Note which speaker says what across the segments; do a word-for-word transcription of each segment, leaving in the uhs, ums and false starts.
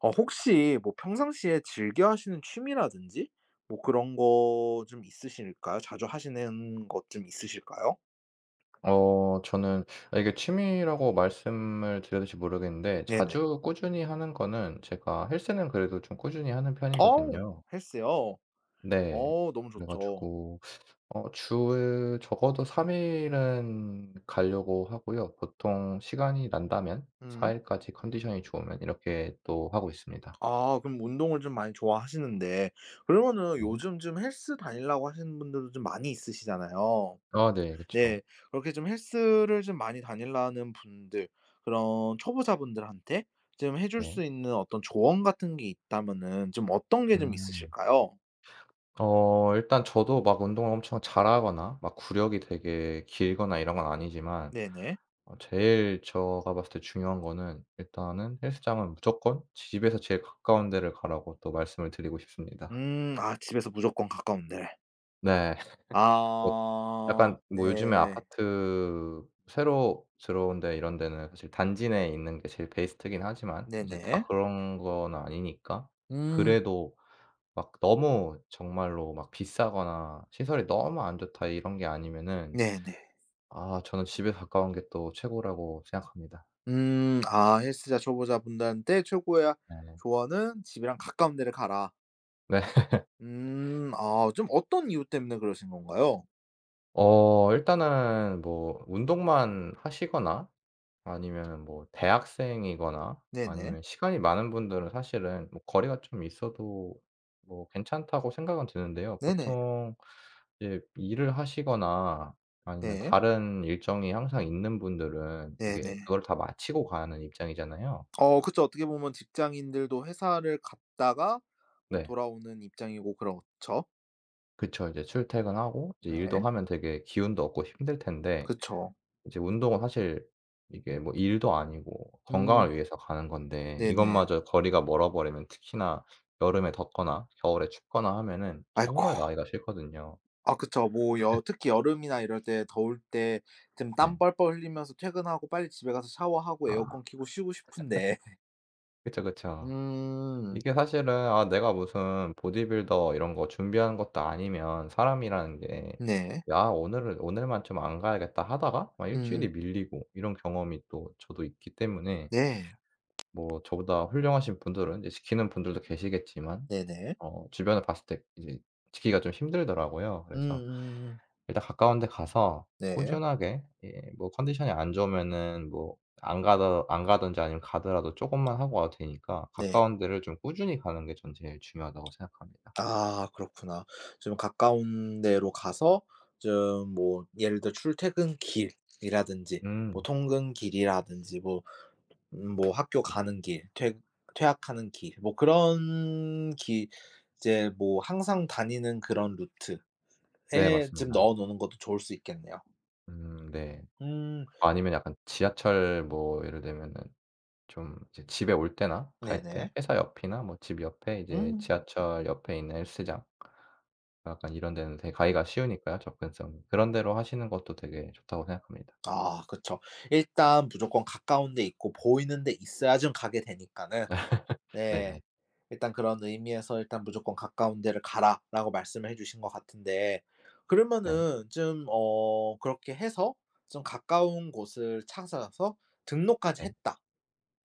Speaker 1: 어 혹시 뭐 평상시에 즐겨 하시는 취미라든지 뭐 그런 거 좀 있으실까요? 자주 하시는 것 좀 있으실까요?
Speaker 2: 어 저는 아 이게 취미라고 말씀을 드려야 될지 모르겠는데,
Speaker 1: 네네.
Speaker 2: 자주 꾸준히 하는 거는 제가 헬스는 그래도 좀 꾸준히 하는
Speaker 1: 어
Speaker 2: 편이거든요.
Speaker 1: 헬스요?
Speaker 2: 네.
Speaker 1: 어 너무
Speaker 2: 그래
Speaker 1: 좋죠.
Speaker 2: 가지고 어 주에 적어도 삼 일 일은 가려고 하고요. 보통 시간이 난다면
Speaker 1: 음.
Speaker 2: 사 일 일까지 컨디션이 좋으면 이렇게 또 하고 있습니다.
Speaker 1: 아 그럼 운동을 좀 많이 좋아하시는데 그러면은
Speaker 2: 네.
Speaker 1: 요즘 좀 헬스 다니려고 하시는 분들도 좀 많이 있으시잖아요.
Speaker 2: 아 네. 그쵸.
Speaker 1: 네. 그렇게 좀 헬스를 좀 많이 다니려는 분들 그런 초보자분들한테 좀 해줄
Speaker 2: 네.
Speaker 1: 수 있는 어떤 조언 같은 게 있다면은 좀 어떤 게 좀
Speaker 2: 음.
Speaker 1: 있으실까요?
Speaker 2: 어 일단 저도 막 운동을 엄청 잘하거나 막 구력이 되게 길거나 이런 건 아니지만,
Speaker 1: 네네.
Speaker 2: 어 제일 제가 봤을 때 중요한 거는, 일단은 헬스장은 무조건 집에서 제일 가까운 데를 가라고 또 말씀을 드리고 싶습니다.
Speaker 1: 음 아 집에서 무조건 가까운데.
Speaker 2: 네. 뭐
Speaker 1: 아
Speaker 2: 약간 뭐 요즘에
Speaker 1: 네.
Speaker 2: 아파트 새로 들어온 데 이런 데는 사실 단지 내에 있는 게 제일 베스트긴 하지만 이제
Speaker 1: 네네.
Speaker 2: 다 그런 건 아니니까,
Speaker 1: 음
Speaker 2: 그래도 막 너무 정말로 막 비싸거나 시설이 너무 안 좋다 이런 게 아니면은
Speaker 1: 네네.
Speaker 2: 아 저는 집에 가까운 게 또 최고라고 생각합니다.
Speaker 1: 음 아 헬스장 초보자분들한테 최고의
Speaker 2: 네.
Speaker 1: 조언은 "집이랑 가까운 데를 가라."
Speaker 2: 네.
Speaker 1: 음 아 좀 어떤 이유 때문에 그러신 건가요?
Speaker 2: 어 일단은 뭐 운동만 하시거나 아니면 뭐 대학생이거나
Speaker 1: 네네.
Speaker 2: 아니면 시간이 많은 분들은 사실은 뭐 거리가 좀 있어도 뭐 괜찮다고 생각은 드는데요.
Speaker 1: 네네.
Speaker 2: 보통 이제 일을 하시거나 아니면
Speaker 1: 네.
Speaker 2: 다른 일정이 항상 있는 분들은 이게
Speaker 1: 네네.
Speaker 2: 그걸 다 마치고 가는 입장이잖아요.
Speaker 1: 어 그쵸. 어떻게 보면 직장인들도 회사를 갔다가 뭐
Speaker 2: 네.
Speaker 1: 돌아오는 입장이고 그렇죠.
Speaker 2: 그쵸. 이제 출퇴근하고 이제 일도
Speaker 1: 네.
Speaker 2: 하면 되게 기운도 없고 힘들 텐데,
Speaker 1: 그쵸.
Speaker 2: 이제 운동은 사실 이게 뭐 일도 아니고
Speaker 1: 음
Speaker 2: 건강을 위해서 가는 건데
Speaker 1: 네네.
Speaker 2: 이것마저 거리가 멀어 버리면, 특히나 여름에 덥거나 겨울에 춥거나 하면은
Speaker 1: 아이고
Speaker 2: 정말 나기가 싫거든요.
Speaker 1: 아 그쵸. 뭐 여 특히 여름이나 이럴 때 더울 때 좀 땀
Speaker 2: 네.
Speaker 1: 뻘뻘 흘리면서 퇴근하고 빨리 집에 가서 샤워하고
Speaker 2: 아.
Speaker 1: 에어컨 켜고 쉬고 싶은데
Speaker 2: 그쵸, 그쵸.
Speaker 1: 음.
Speaker 2: 이게 사실은, 아 내가 무슨 보디빌더 이런 거 준비한 것도 아니면, 사람이라는 게
Speaker 1: 네.
Speaker 2: '야 오늘은 오늘만 좀 안 가야겠다.' 하다가 막 일
Speaker 1: 음음.
Speaker 2: 주일이 밀리고 이런 경험이 또 저도 있기 때문에,
Speaker 1: 네.
Speaker 2: 뭐 저보다 훌륭하신 분들은 이제 지키는 분들도 계시겠지만
Speaker 1: 네네.
Speaker 2: 어 주변을 봤을 때 이제 지키기가 좀 힘들더라고요. 그래서
Speaker 1: 음음음.
Speaker 2: 일단 가까운 데 가서
Speaker 1: 네.
Speaker 2: 꾸준하게, 예 뭐 컨디션이 안 좋으면은 뭐 안 가더 안 가든지 아니면 가더라도 쪼금만 하고 와도 되니까
Speaker 1: 네.
Speaker 2: 가까운 데를 좀 꾸준히 가는 게 전 제일 중요하다고 생각합니다.
Speaker 1: 아 그렇구나. 좀 가까운 데로 가서 좀 뭐 예를 들어 출퇴근 길이라든지 뭐
Speaker 2: 음.
Speaker 1: 통근 길이라든지 뭐 음 뭐 학교 가는 길, 퇴 퇴학하는 길 뭐 그런 길 이제 뭐 항상 다니는 그런 루트에
Speaker 2: 네
Speaker 1: 좀
Speaker 2: 맞습니다.
Speaker 1: 넣어 놓는 것도 좋을 수 있겠네요.
Speaker 2: 음 네.
Speaker 1: 음
Speaker 2: 아니면 약간 지하철, 뭐 예를 들면은 좀 이제 집에 올 때나 갈 때
Speaker 1: 네네.
Speaker 2: 회사 옆이나 뭐 집 옆에 이제
Speaker 1: 음.
Speaker 2: 지하철 옆에 있는 헬스장, 약간 이런 데는 되게 가기가 쉬우니까요, 접근성이. 그런 데로 하시는 것도 되게 좋다고 생각합니다.
Speaker 1: 아 그쵸. 일단 무조건 가까운 데 있고 보이는 데 있어야 좀 가게 되니까는 네
Speaker 2: 네네.
Speaker 1: 일단 그런 의미에서 일단 "무조건 가까운 데를 가라."라고 말씀을 해 주신 것 같은데
Speaker 2: 네.
Speaker 1: 그러면은 좀 어 그렇게 해서 좀 가까운 곳을 찾아서 등록까지
Speaker 2: 네.
Speaker 1: 했다.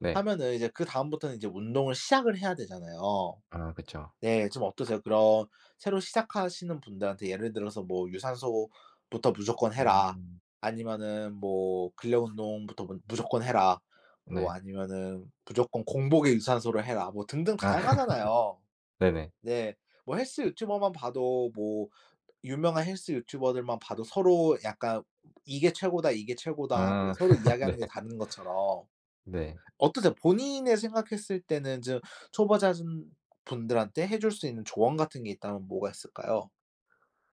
Speaker 2: 네.
Speaker 1: 하면은 이제 그다음부터는 이제 운동을 시작을 해야 되잖아요.
Speaker 2: 아 그쵸.
Speaker 1: 네. 좀 어떠세요? 그런 새로 시작하시는 분들한테 예를 들어서 뭐 "유산소부터 무조건 해라."
Speaker 2: 음.
Speaker 1: 아니면은 뭐 "근력 운동부터 무 무조건 해라." 뭐
Speaker 2: 네.
Speaker 1: 아니면은 "무조건 공복에 유산소를 해라." 뭐 등등
Speaker 2: 아
Speaker 1: 다양하잖아요.
Speaker 2: 네네.
Speaker 1: 네. 뭐 헬스 유튜버만 봐도 뭐 유명한 헬스 유튜버들만 봐도 서로 약간 "이게 최고다. 이게 최고다." 뭐
Speaker 2: 아
Speaker 1: 서로
Speaker 2: 네.
Speaker 1: 이야기하는 게 다른 것처럼
Speaker 2: 네.
Speaker 1: 어떠세요? 본인의 생각했을 때는 좀 초보자분 분들한테 해줄 수 있는 조언 같은 게 있다면 뭐가 있을까요?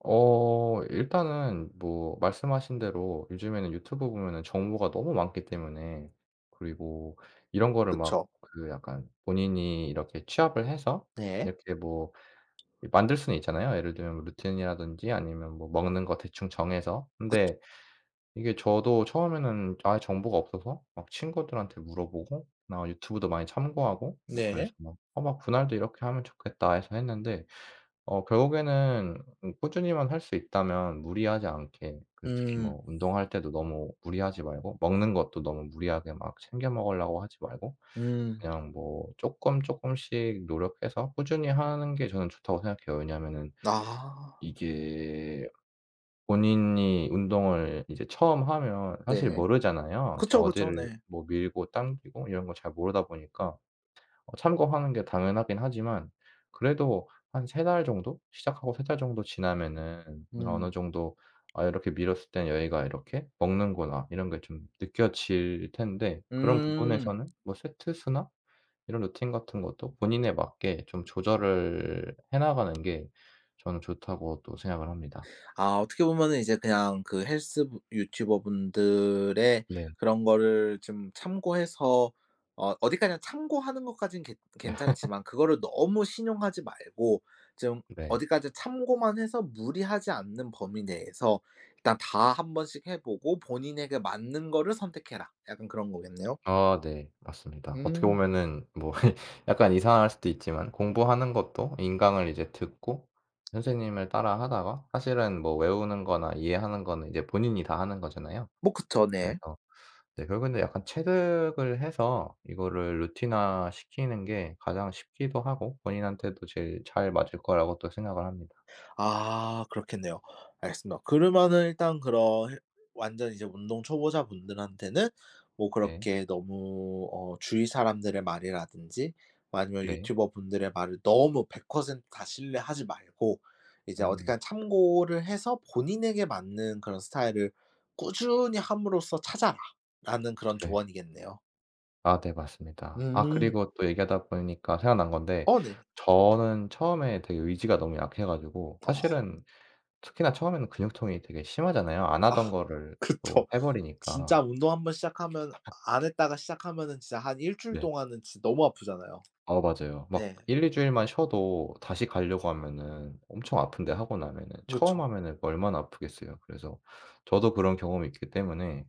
Speaker 2: 어 일단은 뭐 말씀하신 대로 요즘에는 유튜브 보면은 정보가 너무 많기 때문에, 그리고 이런 거를 막
Speaker 1: 그쵸.
Speaker 2: 그 약간 본인이 이렇게 취합을 해서
Speaker 1: 네.
Speaker 2: 이렇게 뭐 만들 수는 있잖아요. 예를 들면 뭐 루틴이라든지 아니면 뭐 먹는 거 대충 정해서. 근데 이게 저도 처음에는 아예 정보가 없어서 막 친구들한테 물어보고 나 유튜브도 많이 참고하고 뭐
Speaker 1: 네.
Speaker 2: 그래서 막 '어 막 분할도 이렇게 하면 좋겠다.' 해서 했는데, 어 결국에는 음 꾸준히만 할 수 있다면 무리하지 않게, 그 특히
Speaker 1: 음.
Speaker 2: 뭐 운동할 때도 너무 무리하지 말고 먹는 것도 너무 무리하게 막 챙겨 먹으려고 하지 말고
Speaker 1: 음.
Speaker 2: 그냥 뭐 쪼끔 쪼끔씩 노력해서 꾸준히 하는 게 저는 좋다고 생각해요. 왜냐하면은
Speaker 1: 아.
Speaker 2: 이게, 본인이 운동을 이제 처음 하면 사실
Speaker 1: 네.
Speaker 2: 모르잖아요. 이제
Speaker 1: 그쵸, 그쵸.
Speaker 2: 어디를
Speaker 1: 네.
Speaker 2: 뭐 밀고 당기고 이런 걸 잘 모르다 보니까 어 참고하는 게 당연하긴 하지만, 그래도 한 석 달 정도? 시작하고 석 달 정도 지나면은 뭔가
Speaker 1: 음.
Speaker 2: 어느 정도 '아 이렇게 밀었을 땐 여기가 이렇게 먹는구나.' 이런 게 좀 느껴질 텐데, 그런
Speaker 1: 음.
Speaker 2: 부분에서는 뭐 세트 수나 이런 루틴 같은 것도 본인에 맞게 좀 조절을 해 나가는 게 저는 좋다고 또 생각을 합니다.
Speaker 1: 아 어떻게 보면은 이제 그냥 그 헬스 브 유튜버분들의
Speaker 2: 네.
Speaker 1: 그런 거를 좀 참고해서 어 어디까지나 참고하는 것까진 괜 괜찮지만 그거를 너무 신용하지 말고 좀
Speaker 2: 네.
Speaker 1: 어디까지 참고만 해서 무리하지 않는 범위 내에서 일단 다 한 번씩 해 보고 본인에게 맞는 거를 선택해라. 약간 그런 거겠네요.
Speaker 2: 아 네. 맞습니다. 어떻게
Speaker 1: 음.
Speaker 2: 보면은 뭐 약간 이상할 수도 있지만, 공부하는 것도 인강을 이제 듣고 선생님을 따라 하다가 사실은 뭐 외우는 거나 이해하는 거는 이제 본인이 다 하는 거잖아요.
Speaker 1: 뭐 그쵸.
Speaker 2: 그래서
Speaker 1: 네.
Speaker 2: 네 결국에는 약간 체득을 해서 이거를 루틴화 시키는 게 가장 쉽기도 하고 본인한테도 제일 잘 맞을 거라고 또 생각을 합니다.
Speaker 1: 아 그렇겠네요. 알겠습니다. 그러면은 일단 그런 헬 완전 이제 운동 초보자분들한테는 뭐
Speaker 2: 네.
Speaker 1: 그렇게 너무 어 주위 사람들의 말이라든지 아니면
Speaker 2: 네.
Speaker 1: 유튜버분들의 말을 너무 백 퍼센트 다 신뢰하지 말고 이제
Speaker 2: 음.
Speaker 1: 어디까지 참고를 해서 본인에게 맞는 그런 스타일을 꾸준히 함으로써 찾아라라는 그런
Speaker 2: 네.
Speaker 1: 조언이겠네요.
Speaker 2: 아 네 맞습니다. 아
Speaker 1: 음.
Speaker 2: 그리고 또 얘기하다 보니까 생각난 건데,
Speaker 1: 어 네.
Speaker 2: 저는 처음에 되게 의지가 너무 약해 가지고
Speaker 1: 어
Speaker 2: 사실은, 특히나 처음에는 근육통이 되게 심하잖아요, 안
Speaker 1: 아
Speaker 2: 하던 거를
Speaker 1: 그쵸.
Speaker 2: 또 해
Speaker 1: 진짜
Speaker 2: 버리니까.
Speaker 1: 운동 한 번 시작하면 안 했다가 시작하면은 진짜 한 일주일
Speaker 2: 네.
Speaker 1: 동안은 진짜 너무 아프잖아요.
Speaker 2: 어 맞아요. 막
Speaker 1: 네.
Speaker 2: 일 이 주일만 쉬어도 다시 가려고 하면은 엄청 아픈데, 하고 나면은 처음
Speaker 1: 그쵸.
Speaker 2: 하면은 얼마나 아프겠어요. 그래서 저도 그런 경험이 있기 때문에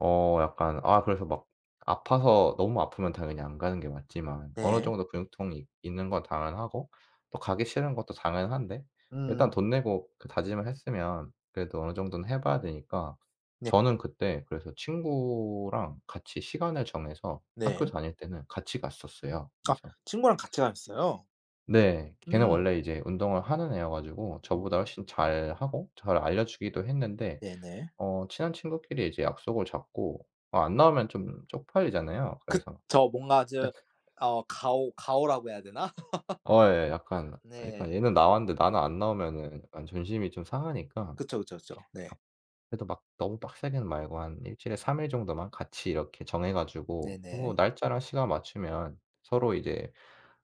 Speaker 2: 어 약간, 아 그래서 막 아파서 너무 아프면 당연히 안 가는 게 맞지만, 어느
Speaker 1: 네.
Speaker 2: 정도 근육통이 있는 건 당연하고 또 가기 싫은 것도 당연한데, 일단
Speaker 1: 음.
Speaker 2: 돈 내고 그 다짐을 했으면 그래도 어느 정도는 해 봐야 되니까
Speaker 1: 네.
Speaker 2: 저는 그때 그래서 친구랑 같이 시간을 정해서 학교
Speaker 1: 네.
Speaker 2: 다닐 때는 같이 갔었어요.
Speaker 1: 아
Speaker 2: 그래서
Speaker 1: 친구랑 같이 가셨어요?
Speaker 2: 네. 걔는
Speaker 1: 음.
Speaker 2: 원래 이제 운동을 하는 애여 가지고
Speaker 1: 음.
Speaker 2: 저보다 훨씬 잘하고 잘 알려 주기도 했는데,
Speaker 1: 네네.
Speaker 2: 어 친한 친구끼리 이제 약속을 잡고 어 안 나오면 좀 쪽팔리잖아요. 그래서
Speaker 1: 그쵸. 뭔가
Speaker 2: 네.
Speaker 1: 저 어 가오 가오라고 해야 되나?
Speaker 2: 어 예 약간 그러니까
Speaker 1: 네.
Speaker 2: 얘는 나왔는데 나는 안 나오면은 약간 존심이 좀 상하니까,
Speaker 1: 그쵸, 그쵸, 그쵸. 네.
Speaker 2: 갑 그래도 막 너무 빡세게는 말고 한 일주일에 삼 일 정도만 같이 이렇게 정해 가지고 뭐
Speaker 1: 네네.
Speaker 2: 날짜랑 시간 맞추면 서로 이제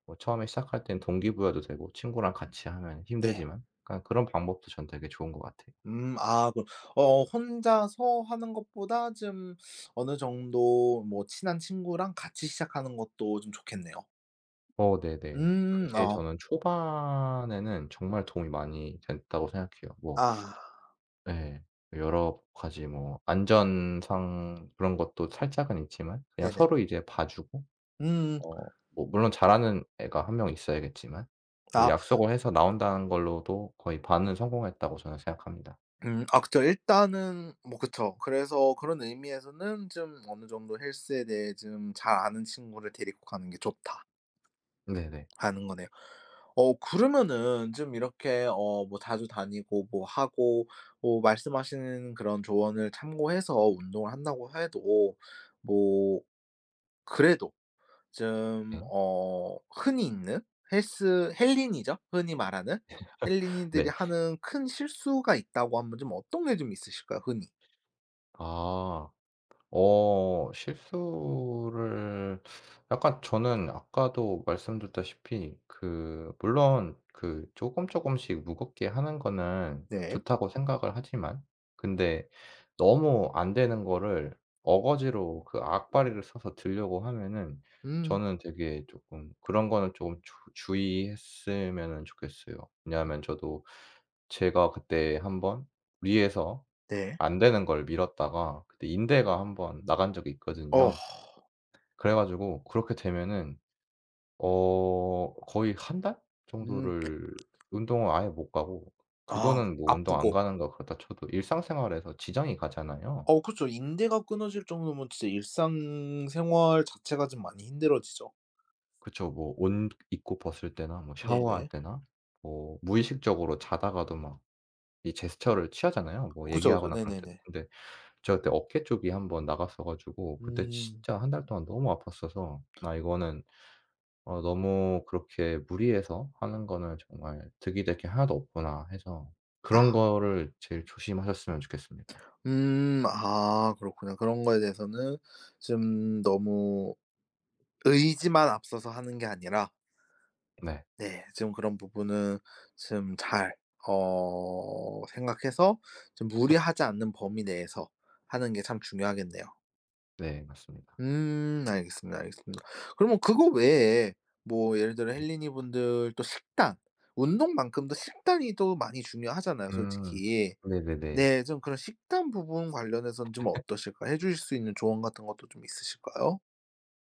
Speaker 2: 뭐 처음에 시작할 땐 동기부여도 되고 친구랑 같이 하면
Speaker 1: 네.
Speaker 2: 힘들지만 약간 그런 방법도 전 되게 좋은 것 같아요.
Speaker 1: 음 아 그 어 혼자서 하는 것보다 좀 어느 정도 뭐 친한 친구랑 같이 시작하는 것도 좀 좋겠네요.
Speaker 2: 어 네네.
Speaker 1: 음.
Speaker 2: 그게
Speaker 1: 아.
Speaker 2: 저는 초반에는 정말 도움이 많이 됐다고 생각해요. 뭐
Speaker 1: 아
Speaker 2: 예. 여러 가지 뭐 안전상 그런 것도 살짝은 있지만 그냥
Speaker 1: 네네.
Speaker 2: 서로 이제 봐 주고
Speaker 1: 음.
Speaker 2: 어 뭐 물론 잘하는 애가 한 명 있어야겠지만, 그
Speaker 1: 아
Speaker 2: 약속을 해서 나온다는 걸로도 거의 반은 성공했다고 저는 생각합니다.
Speaker 1: 음 아 그쵸. 일단은 뭐 그쵸. 그래서 그런 의미에서는 좀 어느 정도 헬스에 대해 좀 잘 아는 친구를 데리고 가는 게 좋다라는
Speaker 2: 네네.
Speaker 1: 거네요. 어 그러면은 좀 이렇게 어 뭐 자주 다니고 뭐 하고 뭐 말씀하시는 그런 조언을 참고해서 운동을 한다고 해도 뭐 그래도 좀
Speaker 2: 예.
Speaker 1: 어 흔히 있는 헬스 헬린이죠. 흔히 말하는 헬린이들이
Speaker 2: 네.
Speaker 1: 하는 큰 실수가 있다고 하면 좀 어떤 게 좀 있으실까요? 흔히.
Speaker 2: 아. 어 실수를, 약간 저는 아까도 말씀드렸다시피 그 물론 그 조금 조금씩 무겁게 하는 거는
Speaker 1: 네.
Speaker 2: 좋다고 생각을 하지만, 근데 너무 안 되는 거를 어거지로 그 악바리를 써서 들려고 하면은
Speaker 1: 음
Speaker 2: 저는 되게 조금 그런 거는 조금 주 주의했으면은 좋겠어요. 왜냐하면 저도, 제가 그때 한번 위에서
Speaker 1: 네.
Speaker 2: 안 되는 걸 미뤘다가 그때 인대가 한번 나간 적이
Speaker 1: 어
Speaker 2: 있거든요. 그래 가지고 그렇게 되면은 어 거의 한 달
Speaker 1: 음
Speaker 2: 정도를 운동을 아예 못 가고,
Speaker 1: 아
Speaker 2: 그거는 뭐 운동 안
Speaker 1: 아프고.
Speaker 2: 가는 거 그렇다 쳐도 일상생활에서 지장이 가잖아요.
Speaker 1: 어 그렇죠 인대가 끊어질 정도면 진짜 일상생활 자체가 좀 많이 힘들어지죠.
Speaker 2: 그쵸. 뭐 옷 입고 벗을 때나 뭐 샤워할
Speaker 1: 네네.
Speaker 2: 때나 뭐 무의식적으로 자다가도 막 이 제스처를 취하잖아요, 뭐
Speaker 1: 그쵸, 그쵸.
Speaker 2: 얘기하거나 그럴 때도.
Speaker 1: 네네네.
Speaker 2: 근데 저 그때 어깨 쪽이 한번 나갔어 가지고 그때
Speaker 1: 음.
Speaker 2: 진짜 한 달 동안 너무 아팠어서 '나 이거는 어 너무 그렇게 무리해서 하는 거는 정말 '득이 될 게 하나도 없구나.' 해서 그런
Speaker 1: 아.
Speaker 2: 거를 제일 조심하셨으면 좋겠습니다.
Speaker 1: 음 아 그렇구나. 그런 거에 대해서는 좀 너무 의지만 앞서서 하는 게 아니라
Speaker 2: 네.
Speaker 1: 네. 지금 그런 부분은 좀 잘 어 생각해서 좀 무리하지 않는 범위 내에서 하는 게 참 중요하겠네요.
Speaker 2: 네 맞습니다.
Speaker 1: 음 알겠습니다, 알겠습니다. 그러면 그거 외에 뭐 예를 들어 헬린이 분들 또 식단, 운동만큼도 식단이 또 많이 중요하잖아요,
Speaker 2: 음.
Speaker 1: 솔직히.
Speaker 2: 네네네.
Speaker 1: 네. 좀 그런 식단 부분 관련해서는 좀 어떠실까요? 해 주실 수 있는 조언 같은 것도 좀 있으실까요?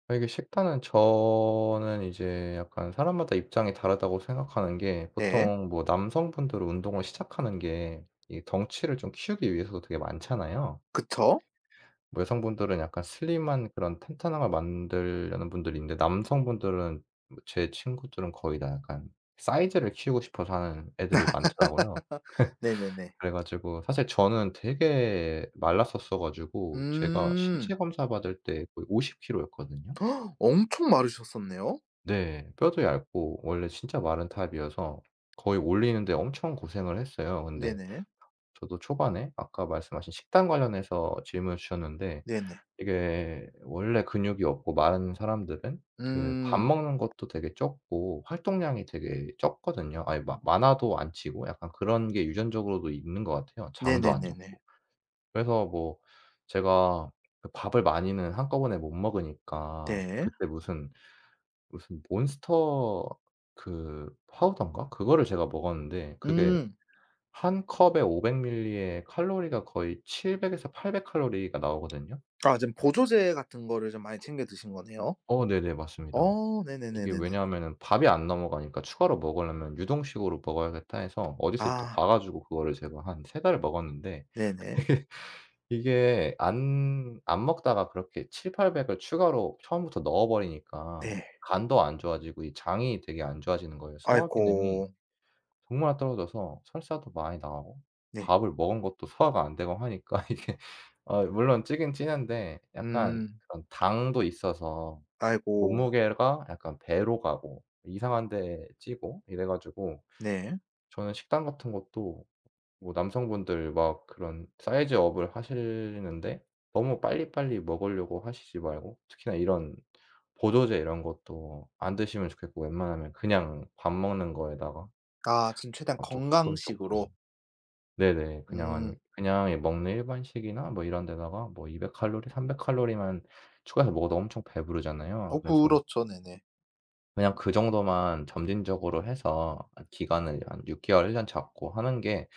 Speaker 2: 아 이게 식단은 저는 이제 약간 사람마다 입장이 다르다고 생각하는 게,
Speaker 1: 네.
Speaker 2: 보통 뭐 남성분들은 운동을 시작하는 게 이 덩치를 좀 키우기 위해서도 되게 많잖아요.
Speaker 1: 그쵸?
Speaker 2: 뭐 여성분들은 약간 슬림한 그런 탄탄함을 만들려는 분들이 있는데, 남성분들은 뭐 제 친구들은 거의 다 약간 사이즈를 키우고 싶어서 하는 애들이 많더라고요.
Speaker 1: 네네네.
Speaker 2: 그래 가지고 사실 저는 되게 말랐었어 가지고, 제가
Speaker 1: 음.
Speaker 2: 신체 검사 받을 때 거의 오십 킬로였거든요.
Speaker 1: 헉, 엄청 마르셨었네요.
Speaker 2: 네. 뼈도 얇고 원래 진짜 마른 타입이어서 거의 올리는데 엄청 고생을 했어요. 근데
Speaker 1: 네네.
Speaker 2: 저도 초반에 아까 말씀하신 식단 관련해서 질문을 주셨는데,
Speaker 1: 네네.
Speaker 2: 이게 원래 근육이 없고 마른 사람들은 그 밥
Speaker 1: 음.
Speaker 2: 먹는 것도 되게 적고 활동량이 되게 적거든요. 아니 마
Speaker 1: 음.
Speaker 2: 많아도 안 치고 약간 그런 게 유전적으로도 있는 것 같아요. 장도 안
Speaker 1: 네네네네.
Speaker 2: 좋고. 그래서 뭐 제가 그 밥을 많이는 한꺼번에 못 먹으니까
Speaker 1: 네.
Speaker 2: 그때 무슨, 무슨 몬스터 그 파우더인가 그거를 제가 먹었는데, 그게
Speaker 1: 음.
Speaker 2: 한 컵에 오백 밀리에 칼로리가 거의 칠백 에서 팔백 칼로리가 나오거든요.
Speaker 1: 아 지금 보조제 같은 거를 좀 많이 챙겨 드신 거네요.
Speaker 2: 어 네네. 맞습니다.
Speaker 1: 어
Speaker 2: 이게
Speaker 1: 네네네네네.
Speaker 2: 왜냐하면은 밥이 안 넘어가니까 추가로 먹으려면 "유동식으로 먹어야겠다." 해서 어디서부터
Speaker 1: 아
Speaker 2: 봐 가지고 그거를 제가 한 석 달을 먹었는데,
Speaker 1: 네네.
Speaker 2: 이게 안 안 먹다가 그렇게 칠팔백팔 공 공을 추가로 처음부터 넣어 버리니까
Speaker 1: 네.
Speaker 2: 간도 안 좋아지고 이 장이 되게 안 좋아지는 거예요. 소화 기능이
Speaker 1: 아이고.
Speaker 2: 정말 떨어져서 설사도 많이 나오고
Speaker 1: 네.
Speaker 2: 밥을 먹은 것도 소화가 안 되고 하니까 이게, 아 물론 찌긴 찌는데 약간
Speaker 1: 음.
Speaker 2: 그런 당도 있어서
Speaker 1: 아이고.
Speaker 2: 몸무게가 약간 배로 가고 이상한 데 찌고 이래 가지고,
Speaker 1: 네.
Speaker 2: 저는 식단 같은 것도 뭐 남성분들 막 그런 사이즈 업을 하시는데 너무 빨리빨리 먹으려고 하시지 말고, 특히나 이런 보조제 이런 것도 안 드시면 좋겠고 웬만하면 그냥 밥 먹는 거에다가
Speaker 1: 아 지금 최대한
Speaker 2: 어 쪼끔, 쪼끔.
Speaker 1: 건강식으로.
Speaker 2: 네네. 그냥 아니
Speaker 1: 음.
Speaker 2: 그냥 먹는 일반식이나 뭐 이런 데다가 뭐 이백 칼로리, 삼백 칼로리만 추가해서 먹어도 엄청 배부르잖아요.
Speaker 1: 어
Speaker 2: 그래서
Speaker 1: 그렇죠. 네네.
Speaker 2: 그냥 그 정도만 점진적으로 해서 기간을 한 육 개월, 일 년 잡고 하는 게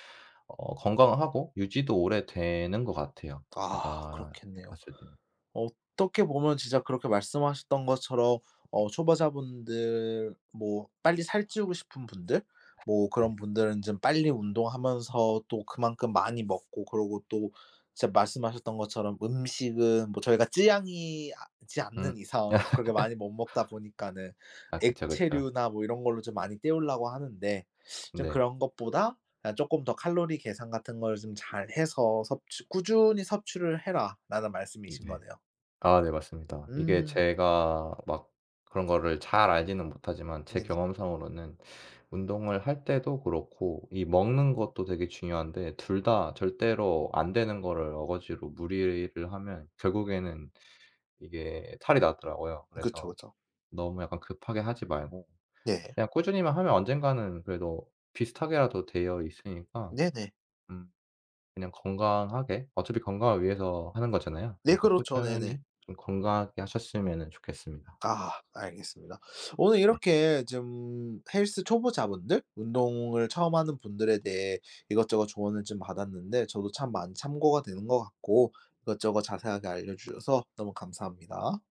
Speaker 2: 어 건강하고 유지도 오래되는 것 같아요.
Speaker 1: 아
Speaker 2: 제가 해
Speaker 1: 그렇겠네요.
Speaker 2: 봤을 때는.
Speaker 1: 어떻게 보면 진짜 그렇게 말씀하셨던 것처럼 어 초보자분들 뭐 빨리 살찌우고 싶은 분들 뭐
Speaker 2: 네.
Speaker 1: 그런 분들은 좀 빨리 운동하면서 또 그만큼 많이 먹고 그러고 또 진짜 말씀하셨던 것처럼 음식은 뭐 저희가 찌양이 아 지
Speaker 2: 음.
Speaker 1: 않는 이상 그렇게 많이 못 먹다 보니까는
Speaker 2: 아 그쵸, 그쵸.
Speaker 1: 액체류나 뭐 이런 걸로 좀 많이 때우려고 하는데 좀
Speaker 2: 네.
Speaker 1: 그런 것보다 그냥 쪼끔 더 칼로리 계산 같은 걸 좀 잘해서 섭취 "꾸준히 섭취를 해라."라는 말씀이신
Speaker 2: 네.
Speaker 1: 거네요.
Speaker 2: 아 네 맞습니다. 이게
Speaker 1: 음.
Speaker 2: 제가 막 그런 거를 잘 알지는 못하지만, 제
Speaker 1: 네네.
Speaker 2: 경험상으로는 운동을 할 때도 그렇고 이 먹는 것도 되게 중요한데, 둘 다 절대로 안 되는 거를 어거지로 무리를 하면 결국에는 이게 탈이 나더라고요.
Speaker 1: 그쵸,
Speaker 2: 그래서
Speaker 1: 그쵸.
Speaker 2: 너무 약간 급하게 하지 말고
Speaker 1: 네.
Speaker 2: 그냥 꾸준히만 하면 언젠가는 그래도 비슷하게라도 되어 있으니까,
Speaker 1: 네네.
Speaker 2: 음 그냥 건강하게, 어차피 건강을 위해서 하는 거잖아요.
Speaker 1: 네
Speaker 2: 그러니까
Speaker 1: 그렇죠. 네네.
Speaker 2: 꾸준히 좀 건강하게 하셨으면은 좋겠습니다. 네.
Speaker 1: 아 알겠습니다. 오늘 이렇게 좀 헬스 초보자분들, 운동을 처음 하는 분들에 대해 이것저것 조언을 좀 받았는데 저도 참 많이 참고가 되는 것 같고 이것저것 자세하게 알려 주셔서 너무 감사합니다.